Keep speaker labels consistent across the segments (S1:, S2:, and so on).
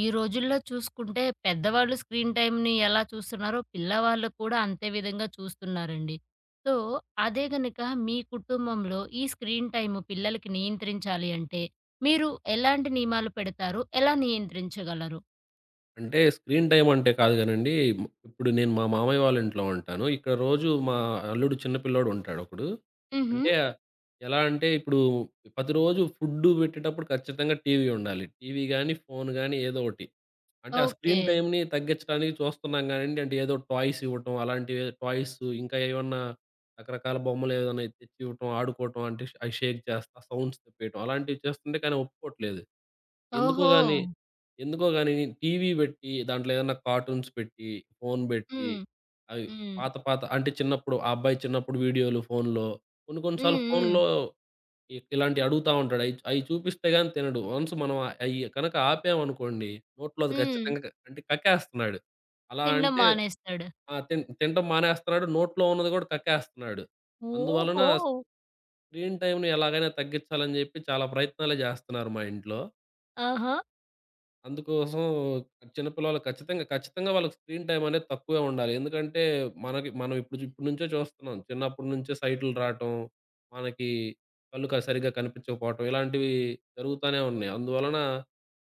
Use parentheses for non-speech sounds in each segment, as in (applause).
S1: ఈ రోజుల్లో చూసుకుంటే పెద్దవాళ్ళు స్క్రీన్ టైమ్‌ని ఎలా చూస్తున్నారో, పిల్లవాళ్ళు కూడా అంతే విధంగా చూస్తున్నారండి. సో, అదే గనక మీ కుటుంబంలో ఈ స్క్రీన్ టైమ్ పిల్లలకి నియంత్రించాలి అంటే, మీరు ఎలాంటి నియమాలు పెడతారు? ఎలా నియంత్రించగలరు?
S2: అంటే స్క్రీన్ టైమ్ అంటే కాదు గానండి. ఇప్పుడు నేను మా మామయ్య వాళ్ళ ఇంట్లో ఉంటాను. ఇక్కడ రోజు మా అల్లుడు చిన్న పిల్లోడు ఉంటాడు ఒకడు.
S1: హుహు.
S2: అంటే ఎలా అంటే ఇప్పుడు ప్రతిరోజు ఫుడ్డు పెట్టేటప్పుడు ఖచ్చితంగా టీవీ ఉండాలి. టీవీ గాని, ఫోను గాని ఏదో ఒకటి. అంటే ఆ
S1: ఓకే.
S2: స్క్రీన్ టైమ్‌ని తగ్గించడానికి చూస్తున్నాం గానండి. అంటే ఏదో టాయ్స్ ఇవ్వటం అలాంటివి టాయ్స్ ఇంకా ఏమన్నా రకరకాల బొమ్మలు ఏదైనా తెచ్చి ఇవ్వటం, ఆడుకోవటం అంటే అవి షేక్ చేస్తా సౌండ్స్ తెప్పియటం అలాంటివి చేస్తుంటే కానీ ఒప్పుకోవట్లేదు. ఎందుకో
S1: ఓహో!
S2: గాని, ఎందుకో గాని టీవీ పెట్టి, దాంట్లో ఏదన్నా కార్టూన్స్ పెట్టి, ఫోను పెట్టి,
S1: హ్మ్.
S2: అవి
S1: హ్మ్.
S2: పాత పాత అంటే చిన్నప్పుడు ఆ అబ్బాయి చిన్నప్పుడు వీడియోలు ఫోనులో, కొన్ని కొన్ని సార్లు
S1: హ్మ్. హ్మ్.
S2: ఫోనులో ఇలాంటివి అడుగుతా ఉంటాడు. అయి అయి చూపిస్తే గాని తినడు. వన్స్ మనం అయి కనుక ఆపామనుకోండి, నోట్లో అది
S1: హ్మ్.
S2: ఖచ్చితంగా క అంటే కక్కేస్తున్నాడు. అలా
S1: తినడం
S2: అంటే
S1: మానేస్తాడు.
S2: ఆ! తినటం మానేస్తున్నాడు. నోట్లో ఉన్నది కూడా కక్కేస్తున్నాడు. అందువలన
S1: ఓహో!
S2: స్క్రీన్ టైమ్‌ని ఎలాగైనా తగ్గించాలని చెప్పి చాలా ప్రయత్నాలే చేస్తున్నారు మా ఇంట్లో.
S1: ఆహా!
S2: అందుకోసం చిన్న పిల్లలు ఖచ్చితంగా, ఖచ్చితంగా వాళ్ళకి స్క్రీన్ టైమ్ అనేది తక్కువే ఉండాలి. ఎందుకంటే మనకి మనం ఇప్పుడు ఇప్పటి నుంచే చూస్తున్నాం. చిన్నప్పటి నుంచే సైటులు రాటం, మనకి కళ్ళు సరిగ్గా కనిపించకపోవటం ఇలాంటివి జరుగుతానే ఉన్నాయి. అందువలన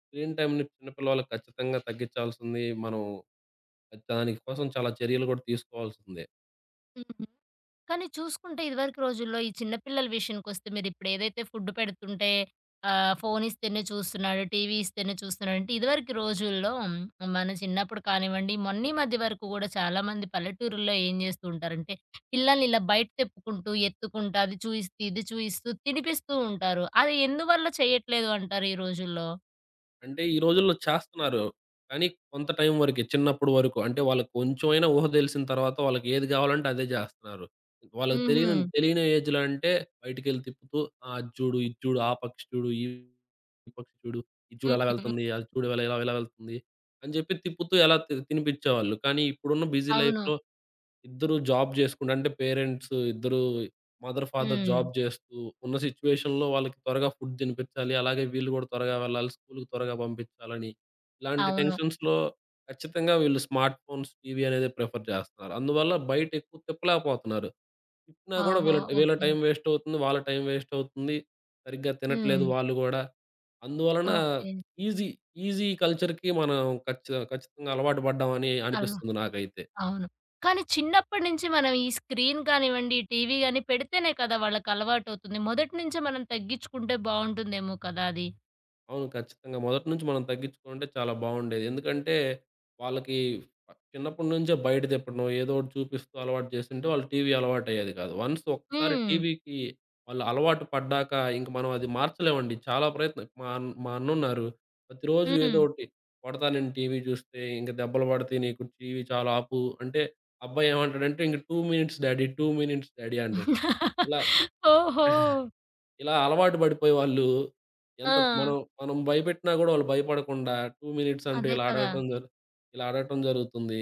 S2: స్క్రీన్ టైమ్‌ని చిన్న పిల్లవాళ్ళకి ఖచ్చితంగా తగ్గించాల్సింది. మనం దాని కోసం చాలా చర్యలు కూడా తీసుకోవాల్సిందే.
S1: హ్మ్. కానీ చూసుకుంటే ఇదివరకు రోజుల్లో ఈ చిన్న పిల్లల విషయానికొస్తే మీరిప్పుడు ఏదైతే ఫుడ్ పెడుతుంటే ఫోన్ ఇస్తేనే చూస్తున్నాడు, టీవీ ఇస్తేనే చూస్తున్నాడు అంటే ఇదివరకు రోజుల్లో మన చిన్నప్పుడు కానివ్వండి, మొన్న ఈ మధ్య వరకు కూడా చాలామంది పల్లెటూరుల్లో ఏం చేస్తూ ఉంటారంటే పిల్లల్ని ఇలా బయట తెప్పుకుంటూ, ఎత్తుకుంటూ అది చూయిస్తూ, ఇది చూయిస్తూ తినిపిస్తూ ఉంటారు. అది ఎందువల్ల చేయట్లేదు అంటారు ఈ రోజుల్లో?
S2: అంటే ఈ రోజుల్లో చేస్తున్నారు. కానీ కొంత టైం వరకే. చిన్నప్పుడు వరకు. అంటే వాళ్ళకి కొంచెమైనా ఊహ తెలిసిన తర్వాత వాళ్ళకి ఏది గావాలంటే అదే జేస్తున్నారు. వాళ్ళకి
S1: హుహు.
S2: తెలియని తెలియని ఏజ్‌లో అంటే బయటికెళ్ళి తిప్పుతూ ఆహ్, అది చూడు, ఇది చూడు, ఆ పక్షి చూడు, ఈ పక్షి చూడు, ఇది చూడు
S1: హ్మ్.
S2: అలా
S1: హ్మ్.
S2: వెళ్తుంది, అది చూడు ఇలా ఇలా ఇలా వెళ్తుంది అని జెప్పి తిప్పుతూ ఎలా తినిపిచ్చేవాళ్ళు. కానీ ఇప్పుడున్న బిజీ
S1: అవును.
S2: లైఫ్‌లో ఇద్దరు జాబ్ చేసుకుంటూ అంటే పేరెంట్స్ ఇద్దరు మదర్, ఫాదర్
S1: హ్మ్.
S2: జాబ్ చేస్తూ ఉన్న సిట్యుయేషన్‌లో వాళ్ళకి త్వరగా ఫుడ్ తినిపించాలి. అలాగే వీళ్ళు కూడా త్వరగా వెళ్ళాలి. స్కూలుకి త్వరగా పంపించాలని. ఇలాంటి
S1: అవును.
S2: టెన్షన్స్‌లో ఖచ్చితంగా వీళ్ళు స్మార్ట్ ఫోన్స్, టీవీ అనేది ప్రిఫర్ చేస్తున్నారు. అందువల్ల బయట ఎక్కువ తిప్పలేకపోతున్నారు. తిప్పినా కూడా
S1: ఓహో!
S2: వీళ్ళ వీళ్ళ
S1: ఓకే.
S2: టైం వేస్ట్ అవుతుంది. వాళ్ళ టైం వేస్ట్ అవుతుంది. సరిగ్గా
S1: హ్మ్.
S2: తినట్లేదు వాళ్ళు గూడా. అందువలన
S1: ఓకే.
S2: ఈజీ ఈజీ కల్చర్‌కి మనం ఖచ్చితంగా అలవాటు పడ్డామని
S1: అల్
S2: అనిపిస్తుంది నాకైతే.
S1: అవును. కానీ చిన్నప్పటి నుంచి మనం ఈ స్క్రీన్ కానివ్వండి, టీవీ గాని పెడితేనే కదా వాళ్ళకలవాటవుతుంది. మొదటి నుంచే మనం తగ్గించుకుంటే బావుంటుందేమో కదా అది.
S2: అవును. ఖచ్చితంగా. మొదటి నుంచి మనం తగ్గించుకుంటే చాలా బావుండేది. ఎందుకంటే వాళ్ళకి చిన్నప్పటి నుంచే బయటది ఎప్పుడనో ఏదో ఒకటి చూపిస్తూ అలవాటు చేసుంటే వాళ్ళు టీవీ అలవాటయ్యేది కాదు. వన్స్ ఒక్కసారి
S1: హ్మ్.
S2: టీవీకి వాళ్ళు అలవాటు పడ్డాక ఇంక మనం అది మార్చలేమండి. చాలా ప్రయత్నం మా అన్నున్నారు. ప్రతిరోజు
S1: హ్మ్.
S2: ఏదో ఒకటి "కొడతా నేను టీవీ చూస్తే, ఇంక దెబ్బలు పడతాయి నీకు టీవీ చాలా ఆపు" అంటే అబ్బాయి ఏమంటాడంటే ఇంక "2 మినిట్స్ డాడీ, 2 మినిట్స్ డాడీ" అంటాడు. ఇలా
S1: (laughs) ఓహో!
S2: ఇలా అలవాటు పడిపోయి వాళ్ళు ఎంత
S1: ఆ!
S2: మనం మనం భయపెట్టినా గూడా వాళ్ళు భయపడకుండా 2 మినిట్స్ అంటూ
S1: అదే
S2: ఇలా
S1: కదా!
S2: అడగటం జరు ఇలా అడగటం జరుగుతుంది.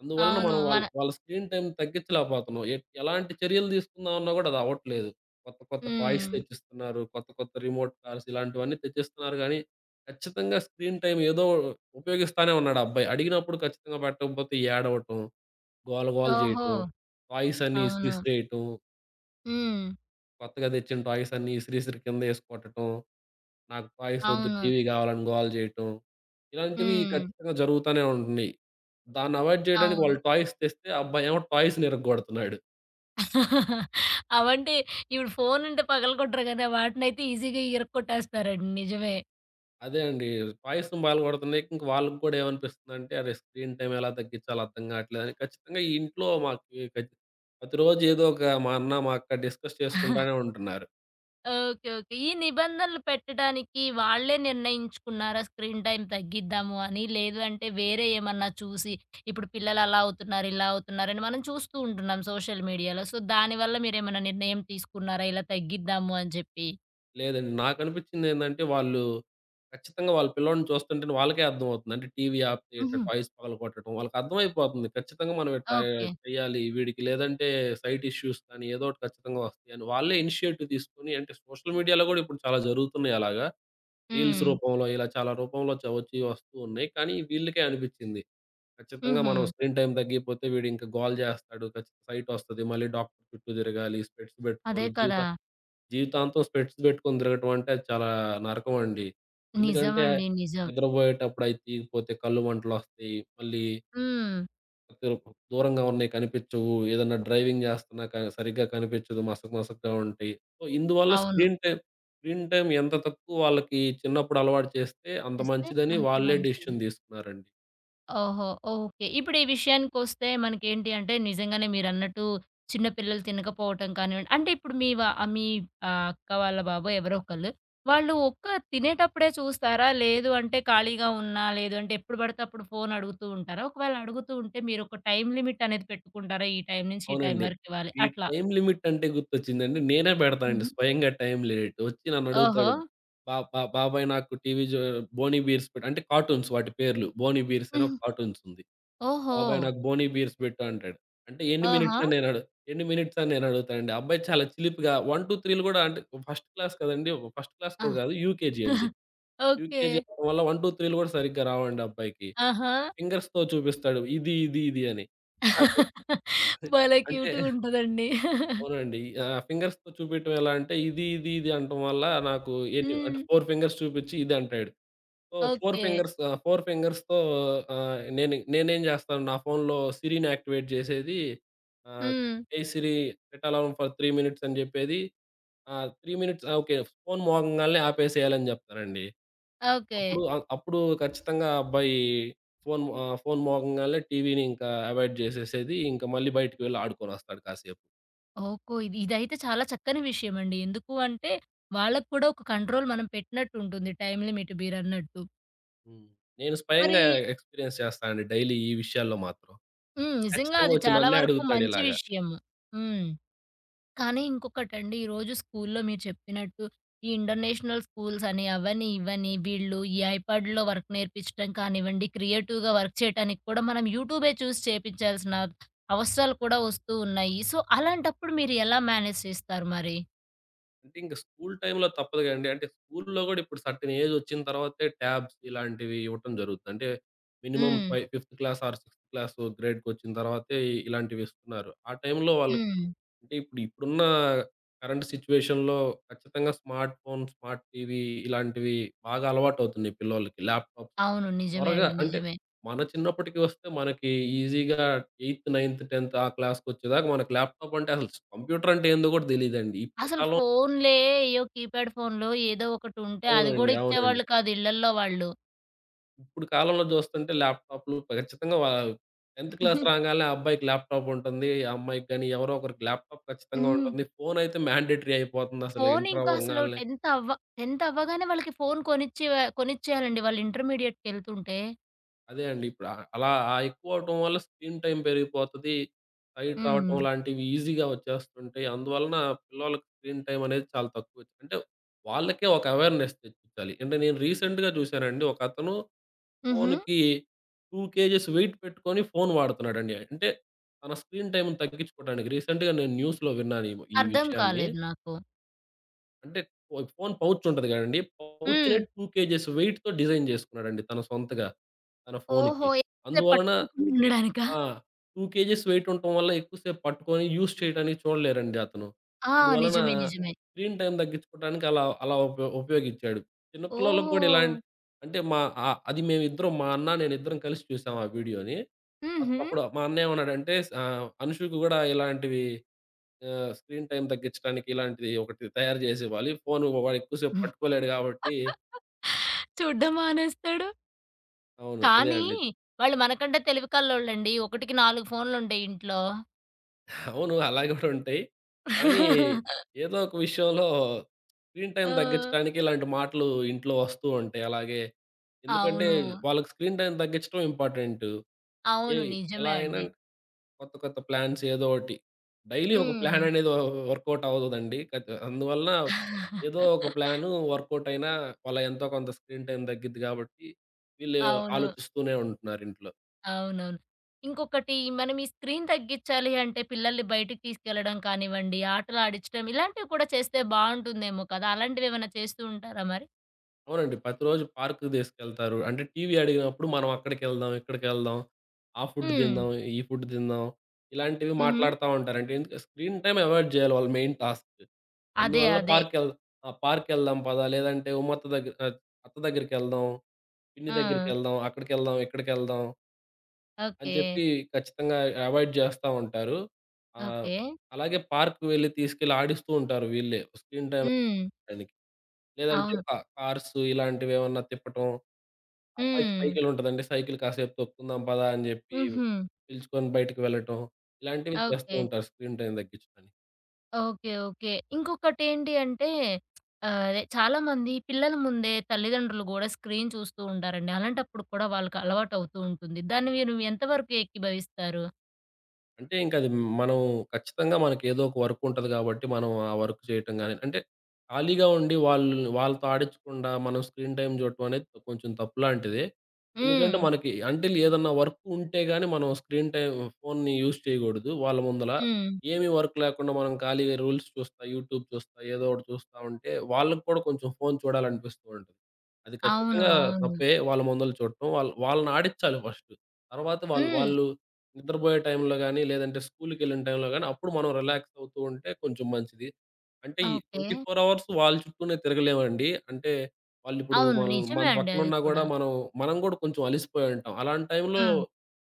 S2: అందువలన
S1: అవును.
S2: మనం వాళ్ళ
S1: మన
S2: వాళ్ళ స్క్రీన్ టైమ్ తగ్గించలేకపోతున్నాం. ఎలాంటి చర్యలు తీసుకుందామన్నా గూడా అది అవ్వట్లేదు. కొత్త కొత్త టాయ్స్
S1: హ్మ్.
S2: తెచ్చిస్తున్నారు. కొత్త కొత్త రిమోట్ కార్స్ ఇలాంటివన్నీ తెచ్చిస్తున్నారు గానీ, ఖచ్చితంగా స్క్రీన్ టైమ్ ఏదో ఉపయోగిస్తానే ఉన్నాడు ఆ అబ్బాయి. అడిగినప్పుడు ఖచ్చితంగా పెట్టకపోతే ఏడవటం, గోల గోల
S1: ఓహో!
S2: చేయటం, టాయ్స్ అన్నీ
S1: అవును.
S2: ఇసిరిసిరేయటం,
S1: హ్మ్.
S2: కొత్తగా తెచ్చిన టాయ్స్ అన్నీ ఇసిరిసిరి కిందేసి కొట్టటం. నాకు వాయిసొద్దు,
S1: అవును.
S2: టీవీ గావాలని గోల జేయటం. ఇలాంటివి
S1: హ్మ్.
S2: ఖచ్చితంగా జరుగుతానే ఉంటున్నయి. దాన్ని అవాయిడ్ జేయడానికి
S1: అవును.
S2: వాళ్ళు టాయ్స్ తెస్తే, ఆ అబ్బాయేమో టాయ్స్‌ని ఇరగ్గొడుతున్నాడు.
S1: (laughs) అవంటే ఇప్పుడు ఫోనుంటే పగలగొట్టరు కదా! వాటినైతే ఈజీగా ఇరక్కొట్టేస్తారండి. నిజమే.
S2: అదే అండి. టాయ్స్‌ని పగలగొడుతున్నాయి. ఇంక వాళ్ళకి గూడా ఏమనిపిస్తుందంటే, అరే! స్క్రీన్ టైమ్ ఎలా తగ్గించాలో అర్థం గాట్లేదని ఖచ్చితంగా ఈ ఇంట్లో మాకి ఖచ్ ప్రతిరోజు ఏదో ఒక మా అన్న, మా అక్క డిస్కస్ చేసుకుంటానే ఉంటున్నారు.
S1: ఓకే. ఓకే. ఈ నిబంధనలు పెట్టడానికి వాళ్ళే నిర్ణయించుకున్నారా? స్క్రీన్ టైమ్ తగ్గిద్దాము అని. లేదు అంటే వేరే ఏమన్నా చూసి ఇప్పుడు పిల్లలు అలా అవుతున్నారు, ఇలా అవుతున్నారని మనం చూస్తూ ఉంటున్నాం సోషల్ మీడియాలో. సో, దానివల్ల మీరేమన్నా నిర్ణయం తీసుకున్నారా? ఇలా తగ్గిద్దాము అని చెప్పి.
S2: లేదండి. నాకనిపించిందేందంటే, వాళ్ళు ఖచ్చితంగా వాళ్ళ పిల్లోడిని చూస్తుంటేనే వాళ్ళకే అర్థమవుతుంది. అంటే టీవీ ఆపితే ఇట్లా
S1: హుహు.
S2: టాయ్స్ పగలగొట్టడం వాళ్ళకర్థమైపోతుంది. ఖచ్చితంగా మనం ఇట్టా
S1: ఓకే.
S2: చేయాలి వీడికి లేదంటే సైట్ ఇష్యూస్ కానీ ఏదో ఒకటి ఖచ్చితంగా వస్తాయని. వాళ్ళే ఇనిషియేటివ్ తీసుకొని అంటే సోషల్ మీడియాలో గూడా ఇప్పుడు చాలా జరుగుతున్నాయి అలాగా. రీల్స్
S1: హ్మ్.
S2: రూపంలో ఇలా చాలా రూపంలో వచ్చి వస్తూ ఉన్నాయి. కానీ వీళ్ళకే అనిపించింది. ఖచ్చితంగా
S1: హుహు.
S2: మనం స్క్రీన్ టైమ్ తగ్గిపోతే వీడింక గోల జేస్తాడు. ఖచ్చితంగా సైట్ వస్తది. మళ్ళీ డాక్టర్ చుట్టూ తిరగాలి, స్పెట్స్
S1: అదే
S2: పెట్టుకోవాలి
S1: కదా!
S2: జీవితాంతం స్పెట్స్ పెట్టుకొని తిరగటం అంటే అది చాలా నరకమండి. ఎందుకంటే
S1: నిజమండి. నిజం.
S2: నిద్రబోయేటప్పుడు అయి తీయకపోతే కళ్ళు మంటలొస్తాయి. మళ్ళీ
S1: హ్మ్.
S2: దూరంగా ఉన్నయి కనిపిచ్చవు. ఏదన్నా డ్రైవింగ్ చేస్తున్నా సరిగ్గా కనిపిచ్చదు. మసక మసకగా ఉంటాయి. సో, ఇందువల్ల
S1: అవును.
S2: స్క్రీన్ టైమ్ ఎంత తక్కువ వాళ్ళకి చిన్నప్పుడు అలవాటు చేస్తే అంత
S1: తెస్తే
S2: మంచిదని
S1: అంత
S2: వాళ్ళే
S1: మంచిది.
S2: డెసిషన్ తీసుకున్నారండి.
S1: ఓహో! ఓకే. ఇప్పుడు ఈ విషయానికొస్తే మనకేంటి అంటే నిజంగానే మీరన్నట్టు చిన్న పిల్లలు తినకపోవటం కానివ్వండి, అంటే ఇప్పుడు మీ అక్క వాళ్ళ బాబో ఎవరో ఒకళ్ళు, వాళ్ళు తినేటప్పుడే చూస్తారా? లేదు అంటే ఖాళీగా ఉన్నా, లేదు అంటే ఎప్పుడు పడితే అప్పుడు ఫోను అడుగుతూ ఉంటారా? ఒకవేళ అడుగుతూ ఉంటే మీరొక టైమ్ లిమిట్ అనేది పెట్టుకుంటారా? ఈ టైం నుంచి ఈ టైం
S2: అవునండి.
S1: వరకు ఇవ్వాలి
S2: ఈ
S1: అట్లా.
S2: టైమ్ లిమిట్ అంటే గుర్తొచ్చిందండి. నేనే పెడతానండి
S1: హుహు.
S2: స్వయంగా టైమ్ లిమిట్. వచ్చి
S1: ఓహో!
S2: నన్నడుగుతాడు. బా బా బాబాయ్ నాకు టీవీ జో 'బోని బీర్స్' పెట్టు అంటే కార్టూన్స్ వాటి పేర్లు. 'బోని బీర్స్' అని
S1: హ్మ్.
S2: ఒక కార్టూన్స్ ఉంది.
S1: ఓహో!
S2: బాబాయ్ నాకు 'బోని బీర్స్' పెట్టు అంటాడు. అంటే
S1: ఆహా!
S2: ఎన్ని మినిట్స్ అని నేను అడుగుతానండి. అబ్బాయి చాలా చిలిపిగా 1, 2, 3లు కూడా అంటే ఫస్ట్ క్లాస్ కదండీ. ఫస్ట్ క్లాస్
S1: ఆ!
S2: కూడా కాదు యూకేజీ అండి.
S1: (laughs) ఓకే.
S2: యూకేజీ అవ్వడం వల్ల 1, 2, 3లు కూడా సరిగ్గా రావండి అబ్బాయికి.
S1: ఆహా!
S2: ఫింగర్స్‌తో చూపిస్తాడు. ఇది, ఇది, ఇది అని. నాకు
S1: (laughs) భలే
S2: అంటే
S1: క్యూట్‌గుంటదండి. (laughs)
S2: అవునండి. ఆహ్, ఫింగర్స్‌తో చూపియటం ఎలా అంటే, ఇది, ఇది, ఇది అనటం వల్ల నాకు ఎన్ని అంటే
S1: హ్మ్.
S2: 4 ఫింగర్స్ చూపిచ్చి ఇదంటాడు. So, 4
S1: okay.
S2: ఫింగర్స్ ఆహ్, 4 ఫింగర్స్‌తో ఆహ్, నేనేం జేస్తాను నా ఫోన్‌లో సిరిని యాక్టివేట్ జేసేది ఆహ్,
S1: హ్మ్.
S2: "Hey Siri set alarm for 3 minutes" అని జెప్పేది. ఆహ్, 3 మినిట్స్ ఆహ్, ఓకే. ఫోన్ మోగంగాల్నే ఆపేసేయాలని జెప్తానండి.
S1: ఓకే.
S2: అప్పుడు ఖచ్చితంగా ఆ అబ్బాయి ఫోన్ మోగంగాల్నే టీవీని ఇంకా అవాయిడ్ జేసేసేది. ఇంకా మళ్ళీ బయటికి వెళ్లి ఆడుకొనొస్తాడు కాసేపు.
S1: ఓహో! ఇది ఇదైతే చాలా చక్కని విషయమండి. ఎందుకు అంటే, వాళ్ళకి కూడా ఒక కంట్రోల్ మనం పెట్టినట్టుంటుంది టైమ్ లిమిట్ మీరన్నట్టు.
S2: హ్మ్. నేను
S1: మరి
S2: స్వయంగా ఎక్స్‌పీరియన్స్ చేస్తానండి డైలీ ఈ విషయాల్లో మాత్రం.
S1: హ్మ్.
S2: అంటే
S1: నిజంగా
S2: ఖచ్చితంగా
S1: అది
S2: వచ్చి
S1: చాలా
S2: నన్నే
S1: వరకు మంచి
S2: అడుగుతాడిలాగా.
S1: విషయము. హ్మ్. కానీ ఇంకొకటండి, ఈరోజు స్కూల్లో మీరు చెప్పినట్టు ఈ ఇంటర్నేషనల్ స్కూల్స్ అని, అవని, ఇవని వీళ్ళు ఈ ఐపాడ్‌లో వర్క్ నేర్పించడం కానివ్వండి, క్రియేటివ్‌గా వర్క్ చేయటానికి కూడా మనం యూట్యూబే చూసి చేపించాల్సిన అవసరాలు కూడా వస్తూ ఉన్నాయి. సో, అలాంటప్పుడు మీరు ఎలా మేనేజ్ చేస్తారు మరి?
S2: అంటే ఇంక స్కూల్ టైమ్‌లో తప్పదు కదండీ. అంటే స్కూల్‌లో గూడా ఇప్పుడు సర్టెన్ ఏజ్ వచ్చిన తర్వాతే ట్యాబ్స్ ఇలాంటివి ఇవ్వటం జరుగుతుంది. అంటే మినిమమ్
S1: హ్మ్.
S2: Fifth class or sixth class గ్రేడ్‌కొచ్చిన తర్వాతే ఇలాంటివి ఇస్తున్నారు. ఆ టైంలో వాళ్ళకి
S1: హ్మ్.
S2: అంటే ఇప్పుడున్న కరెంట్ సిట్యుయేషన్‌లో ఖచ్చితంగా స్మార్ట్ ఫోన్, స్మార్ట్ టీవీ ఇలాంటివి బాగా అలవాటవుతున్నాయి పిల్లోళ్ళకి. ల్యాప్‌టాప్
S1: అవును. నిజమే
S2: త్వరగా
S1: అండి.
S2: అంటే
S1: నిజమే.
S2: మన చిన్నప్పటికి వస్తే మనకి ఈజీగా 8, 9, 10 ఆ క్లాస్‌కొచ్చేదాకా మనకు ల్యాప్‌టాప్ అంటే అసలు కంప్యూటర్ అంటే ఏందో గూడా తెలీదండి. ఇప్పుడు
S1: అసలు
S2: కాలం
S1: ఫోన్‌లే కీప్యాడ్ ఫోన్‌లో ఏదో ఒకటుంటే అది
S2: అవునండి.
S1: గూడా
S2: అవునండి.
S1: ఇచ్చేవాళ్ళు కాదు ఇళ్ళల్లో వాళ్ళు.
S2: ఇప్పుడు కాలంలో చూస్తుంటే ల్యాప్‌టాప్‌లు ఖచ్చితంగా 10థ్ క్లాస్
S1: (laughs)
S2: రాగానే ఆ అబ్బాయికి ల్యాప్‌టాప్ ఉంటుంది. ఆ అమ్మాయికి గాని ఎవరో ఒకరికి ల్యాప్‌టాప్ ఖచ్చితంగా
S1: హ్మ్.
S2: ఉంటుంది. ఫోనయితే మ్యాండేటరీ అయిపోతుంది అసలు
S1: ఫోన్
S2: ఇంటర్
S1: ఇంకా అసలు
S2: అవ్వంగాల్నే.
S1: 10థ్ అవ్వ 10థ్ అవ్వగానే వాళ్ళకి ఫోన్ కొనిచ్చే కొనిచ్చేయాలండి. వాళ్ళు ఇంటర్మీడియేట్‌కెళ్తుంటే.
S2: అదే అండి. అలా ఆ ఎక్కువవ్వటం వల్ల స్క్రీన్ టైమ్ పెరిగిపోతది. సైట్
S1: హ్మ్.
S2: రావటం లాంటివి ఈజీగా వచ్చేస్తుంటాయి. అందువలన పిల్లోళ్ళకి స్క్రీన్ టైమ్ అనేది చాలా తక్కువ. అంటే వాళ్ళకే ఒక అవేర్‌నెస్ తెప్పించాలి. అంటే నేను రీసెంట్‌గా చూసానండి. ఒకతను
S1: హుహు.
S2: ఫోనుకి 2 కేజీస్ వెయిట్ పెట్టుకొని ఫోను వాడుతున్నాడండి. అంటే తన స్క్రీన్ టైమ్‌ని తగ్గించుకోవడానికి రీసెంట్‌గా నేను న్యూస్‌లో విన్నాను ఈ ఈ
S1: అర్థం
S2: విషయాన్ని.
S1: కాలేదు నాకు.
S2: అంటే ఫోను పౌచ్ ఉంటది కదండీ! పౌచ్‌నే
S1: హ్మ్.
S2: 2 కేజీస్ వెయిట్‌తో డిజైన్ చేసుకున్నాడండి తన సొంతగా. తన
S1: ఓహో!
S2: ఫోనుకి.
S1: ఎక్కువసేపు
S2: అందువలన
S1: పట్టుకోకుండా ఉండడానికా?
S2: ఆ! 2 కేజీస్ వెయిట్ ఉండటం వల్ల ఎక్కువ సేపు పట్టుకొని యూజ్ చేయడానికి చూడలేరండి అతను.
S1: ఆ!
S2: అందువలన
S1: నిజమే. నిజమే.
S2: స్క్రీన్ టైమ్ తగ్గించుకోవడానికి అలా అలా ఉపయోగించాడు. చిన్న పిల్లలకి కూడా
S1: ఓహో!
S2: ఇలాంటి అంటే అది మేమిద్దరం మా అన్న నేనిద్దరం కలిసి చూసాం ఆ వీడియోని.
S1: హుహు.
S2: అప్పుడు మా అన్న ఏమన్నాడంటే "అనుషుకి కూడా ఇలాంటివి ఆహ్, స్క్రీన్ టైమ్ తగ్గించడానికి ఇలాంటిది ఒకటి తయారు చేసివ్వాలి. ఫోను వాడు ఎక్కువ సేపు పట్టుకోలేడు కాబట్టి"
S1: చూడ్డం మానేస్తాడు.
S2: అవును. అదే
S1: కానీ
S2: అండి.
S1: వాళ్ళు మనకంటే తెలివి కల్లోళ్ళండి. ఒకటికి 4 ఫోన్లుంటాయి ఇంట్లో.
S2: అవును. అలా గూడా ఉంటాయి. కానీ ఏదో ఒక విషయంలో స్క్రీన్
S1: ఆ!
S2: టైమ్ తగ్గించడానికి ఇలాంటి మాటలు ఇంట్లో వస్తూ ఉంటాయి. అలాగే ఎందుకంటే
S1: అవును.
S2: వాళ్ళకి స్క్రీన్ టైమ్ తగ్గించడం ఇంపార్టెంటు.
S1: అవును.
S2: ఏవి ఎలా
S1: నిజమే
S2: అయినా
S1: అండి.
S2: కొత్త కొత్త ప్లాన్స్ ఏదో ఒకటి. డైలీ ఒక
S1: హ్మ్.
S2: ప్లాన్ అనేది వర్కౌట్ అవ్వదండి. అందువలన ఏదో ఒక ప్లాను వర్కౌట్ అయినా వాళ్ళ ఎంతో కొంత స్క్రీన్ టైమ్ తగ్గిద్ది గాబట్టి వీళ్ళు
S1: అవును.
S2: ఆలోచిస్తూనే ఉంటున్నారు ఇంట్లో.
S1: అవునవును. ఇంకొకటి మనం ఈ స్క్రీన్ తగ్గిచ్చాలి అంటే పిల్లల్ని బయటికి తీసుకెళ్లడం కానివ్వండి, ఆటలు ఆడించడం ఇలాంటివి కూడా చేస్తే బావుంటుందేమో కదా! అలాంటివేమన్నా చేస్తూ ఉంటారా మరి?
S2: అవునండి. ప్రతిరోజు పార్క్‌కి తీసుకెళ్తారు. అంటే టీవీ అడిగినప్పుడు మనం అక్కడికెళ్దాం, ఇక్కడికెళ్దాం, ఆ ఫుడ్
S1: హ్మ్.
S2: తిందాం, ఈ ఫుడ్ తిందాం ఇలాంటివి
S1: హుహు.
S2: మాట్లాడుతా ఉంటారు. అంటే ఎందుకు స్క్రీన్ టైమ్ అవాయిడ్ చేయాలి వాళ్ళ మెయిన్ టాస్క్.
S1: అదే.
S2: అందువల్ల
S1: అదే.
S2: ఆ! పార్క్‌కెళ్దాం పదా! లేదంటే అత్త దగ్గరికెళ్దాం, పిన్ని
S1: ఆ!
S2: దగ్గరికెళ్దాం, అక్కడికెళ్దాం, ఇక్కడికెళ్దాం అని
S1: ఓకే.
S2: చెప్పి ఖచ్చితంగా అవాయిడ్ చేస్తా ఉంటారు. ఆహ్,
S1: ఓకే.
S2: అలాగే పార్క్‌కి వెళ్లి తీసుకెళ్లి ఆడిస్తూ ఉంటారు వీళ్ళే స్క్రీన్ టైమ్
S1: హ్మ్.
S2: (unintelligible) దానికి. లేదంటే
S1: అవును.
S2: కార్స్ ఇలాంటివేమన్నా తిప్పటం అబ్బాయికి
S1: హ్మ్.
S2: సైకిల్ ఉంటదండి. సైకిల్ కాసేపు తొక్కుందాం పదా అని జెప్పి,
S1: హుహు.
S2: పిలుచుకొని బయటికి వెళ్ళటం. ఇలాంటివి చేస్తూ
S1: ఓకే.
S2: ఉంటారు స్క్రీన్ టైమ్ తగ్గించడానికి.
S1: ఓకే. ఓకే. ఇంకొకటేంటి అంటే అదే చాలామంది పిల్లల ముందే తల్లిదండ్రులు గూడా స్క్రీన్ చూస్తూ ఉంటారండి. అలాంటప్పుడు కూడా వాళ్ళకి అలవాటవుతూ ఉంటుంది. దాన్ని మీరు ఎంతవరకు ఏకీభవిస్తారు?
S2: అంటే ఇంకది మనం ఖచ్చితంగా మనకేదో ఒక వర్క్ ఉంటది గాబట్టి, మనం ఆ వర్క్ చేయటం గాని అంటే ఖాళీగా ఉండి వాళ్ళు వాళ్ళతో ఆడించకుండా మనం స్క్రీన్ టైమ్ జూడటం అనేది కొంచెం తప్పులాంటిదే.
S1: హ్మ్.
S2: ఎందుకంటే మనకి అంటిల్ ఏదన్నా వర్క్ ఉంటే గాని మనం స్క్రీన్ టైమ్ ఫోన్‌ని యూజ్ చేయగూడదు వాళ్ళ ముందల.
S1: హ్మ్.
S2: ఏమి వర్క్ లేకుండా మనం ఖాళీగా రూల్స్ చూస్తా, యూట్యూబ్ చూస్తా, ఏదో ఒకటి చూస్తా ఉంటే వాళ్ళకి కూడా కొంచెం ఫోన్ చూడాలనిపిస్తూ ఉంటది. అది
S1: అవును.
S2: ఖచ్చితంగా
S1: అవును.
S2: తప్పే వాళ్ళ ముందల చూడటం. వాళ్ళని ఆడిచ్చాలి ఫస్ట్. తర్వాత వాళ్ళు
S1: హ్మ్.
S2: వాళ్ళు నిద్రబోయే టైంలో గాని, లేదంటే స్కూలుకెళ్ళిన టైంలో గాని, అప్పుడు మనం రిలాక్స్ అవుతూ ఉంటే కొంచెం మంచిది. అంటే ఈ
S1: ఓకే.
S2: 24 అవర్స్ వాళ్ళ చుట్టూనే తిరగలేమండి. అంటే వాళ్ళిప్పుడు
S1: అవును.
S2: మనం
S1: నిజమే
S2: మన
S1: అండి అది
S2: పక్కనున్నా
S1: కూడా.
S2: గూడా మనం మనం గూడా కొంచెం అలిసిపోయి ఉంటాం. అలాంటి టైంలో
S1: హ్మ్.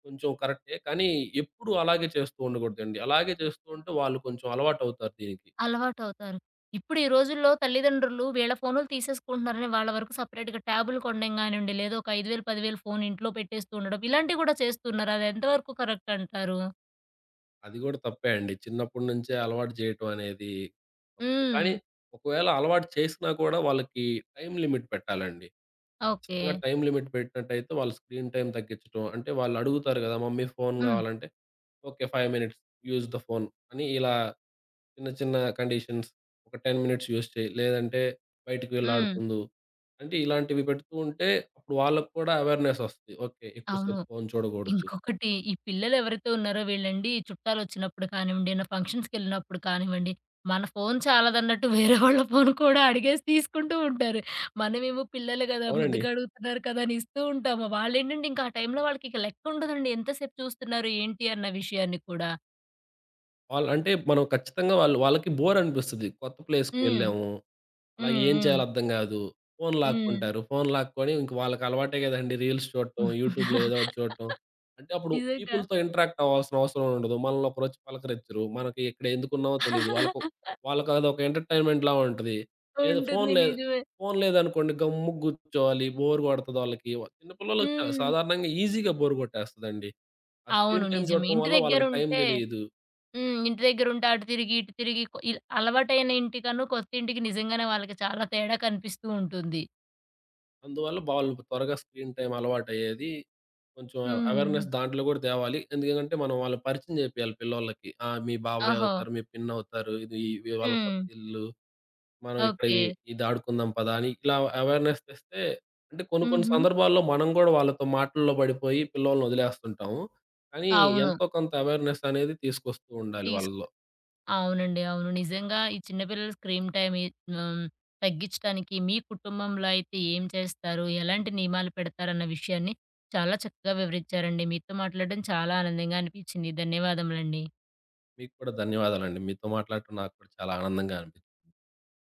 S2: కొంచెం కరెక్టే. కానీ ఎప్పుడు అలాగే చేస్తూ ఉండకూడదండి. అలాగే చేస్తూ ఉంటే వాళ్ళు కొంచెం అలవాటవుతారు దీనికి.
S1: అలవాటవుతారు. ఇప్పుడు ఈ రోజుల్లో తల్లిదండ్రులు వీళ్ళ ఫోనులు తీసేసుకుంటున్నారని వాళ్ళ వరకు సెపరేట్‌గా ట్యాబులు కొనడం గానివ్వండి, లేదా ఒక 5,000, 10,000 ఫోను ఇంట్లో పెట్టేస్తూ ఉండడం, ఇలాంటివి కూడా చేస్తున్నారు. అది ఎంతవరకు కరెక్ట్ అంటారు?
S2: అది గూడా తప్పే అండి. చిన్నప్పటి నుంచే అలవాటు చేయటం అనేది తప్పే.
S1: హ్మ్.
S2: కానీ ఒకవేళ అలవాటు చేసినా కూడా వాళ్ళకి టైమ్ లిమిట్ పెట్టాలండి.
S1: ఓకే.
S2: ఖచ్చితంగా టైమ్ లిమిట్ పెట్టినట్టయితే వాళ్ళ స్క్రీన్ టైమ్ తగ్గించటం. అంటే వాళ్ళు అడుగుతారు గదా! మమ్మీ ఫోను
S1: హ్మ్.
S2: గావాలంటే, okay. 5 minutes use the phone అని ఇలా చిన్న చిన్న కండీషన్స్ ఒక 10 మినిట్స్ యూజ్ చేయి. లేదంటే బయటికి వెళ్లి
S1: హ్మ్.
S2: ఆడుకుందు. అంటే ఇలాంటివి పెడుతూ ఉంటే అప్పుడు వాళ్ళకి కూడా అవేర్‌నెస్ ఒస్తది. ఓకే.
S1: అవును.
S2: ఎక్కువసేపు ఫోను చూడగూడదు.
S1: ఇంకొకటి ఈ పిల్లలెవరైతే ఉన్నారో వీళ్ళండి చుట్టాలొచ్చినప్పుడు కానివ్వండి, ఏమైనా ఫంక్షన్స్‌కెళ్ళినప్పుడు కానివ్వండి, మన ఫోను చాలదన్నట్టు వేరే వాళ్ళ ఫోను కూడా అడిగేసి తీసుకుంటూ ఉంటారు. మనమేమో పిల్లలు గదా!
S2: అవునండి.
S1: ముద్దుగా అడుగుతున్నారు కదా! అని ఇస్తూ ఉంటాము. వాళ్ళేంటంటే ఇంకా ఆ టైంలో వాళ్ళకి ఇక లెక్కుండదండి. ఎంతసేపు చూస్తున్నారు, ఏంటి అన్న విషయాన్ని కూడా.
S2: వాళ్ళు అంటే మనం ఖచ్చితంగా వాళ్ళు వాళ్ళకి బోర్ అనిపిస్తది. కొత్త ప్లేస్‌కి
S1: హ్మ్.
S2: వెళ్ళాము. అలా
S1: హ్మ్.
S2: ఏం
S1: హ్మ్.
S2: చేయాలో అర్థం గాదు. ఫోను
S1: హ్మ్.
S2: లాక్కుంటారు. ఫోను లాక్కొని ఇంక వాళ్ళకలవాటే గదండీ రీల్స్ చూడటం, యూట్యూబ్‌లో ఏదో ఒకటి
S1: (laughs)
S2: చూడటం. అంటే అప్పుడు
S1: నిజంగా.
S2: పీపుల్‌తో ఇంటరాక్ట్ అవ్వాల్సిన అవసరం ఉండదు. మనల్ని ఒకరోచ్చి పలకరించరు. మనకి ఇక్కడ ఎందుకున్నామో తెలీదు. వాళ్ళకదొక ఎంటర్‌టైన్‌మెంట్‌లా ఉంటది. ఏదో ఫోను
S1: ఉంటుంది.
S2: లేదు
S1: నిజమే.
S2: ఫోను లేదనుకోండి గమ్మున గూర్చోవాలి. బోర్ గొడతది వాళ్ళకి. చిన్న పిల్లలకి
S1: హ్మ్.
S2: సాధారణంగా ఈజీగా బోర్ గొట్టేస్తదండి. ఆ
S1: అవును.
S2: స్క్రీన్ టైమ్
S1: నిజమే.
S2: జూడటం
S1: ఇంటి
S2: వల్ల వాళ్ళకి టైం
S1: దగ్గరుంటే
S2: దెలీదు.
S1: హ్మ్. ఇంటి దగ్గరుంటే అటు తిరిగి, ఇటు తిరిగి కొ ఇల్ అలవాటైన ఇంటికను, కొత్తింటికి నిజంగానే వాళ్ళకి చాలా తేడా కనిపిస్తూ ఉంటుంది.
S2: అందువల్ల వాళ్ళు త్వరగా స్క్రీన్ టైమ్ అలవాటయ్యేది. కొంచెం
S1: హ్మ్.
S2: అవేర్‌నెస్ దాంట్లో గూడా తేవాలి. ఎందుకంటే, మనం వాళ్ళకి పరిచయం జేపియాలి పిల్లోళ్ళకి. ఆ! మీ బాబాయ్
S1: ఓహో!
S2: అవుతారు, మీ పిన్నవుతారు, ఇది ఇవి వాళ్ళ కొత్త
S1: హ్మ్.
S2: ఇల్లు. మనం ఇక్కడ ఇ
S1: ఓకే.
S2: ఇది ఆడుకుందాం పదా! అని ఇలా అవేర్‌నెస్ తెస్తే అంటే కొన్ని కొన్ని
S1: హుహు.
S2: సందర్భాల్లో మనం గూడా వాళ్ళతో మాటల్లో పడిపోయి పిల్లోలని వదిలేస్తుంటాము. కానీ
S1: అవును.
S2: ఎంతో కొంత అవేర్‌నెస్ అనేది తీసుకొస్తూ ఉండాలి
S1: తీసుకు
S2: వాళ్ళలో.
S1: అవునండి. అవును. నిజంగా ఈ చిన్న పిల్లల స్క్రీన్ టైమ్ ఇ హ్మ్. తగ్గిచ్చటానికి మీ కుటుంబంలో అయితే ఏం చేస్తారు? ఎలాంటి నియమాలు పెడతారన్న విషయాన్ని చాలా చక్కగా వివరిచ్చారండి. మీతో మాట్లాడడం చాలా ఆనందంగా అనిపిచ్చింది. ధన్యవాదములండి.
S2: మీకు కూడా ధన్యవాదాలండి. మీతో మాట్లాడటం నాకు కూడా చాలా ఆనందంగా అనిపించింది.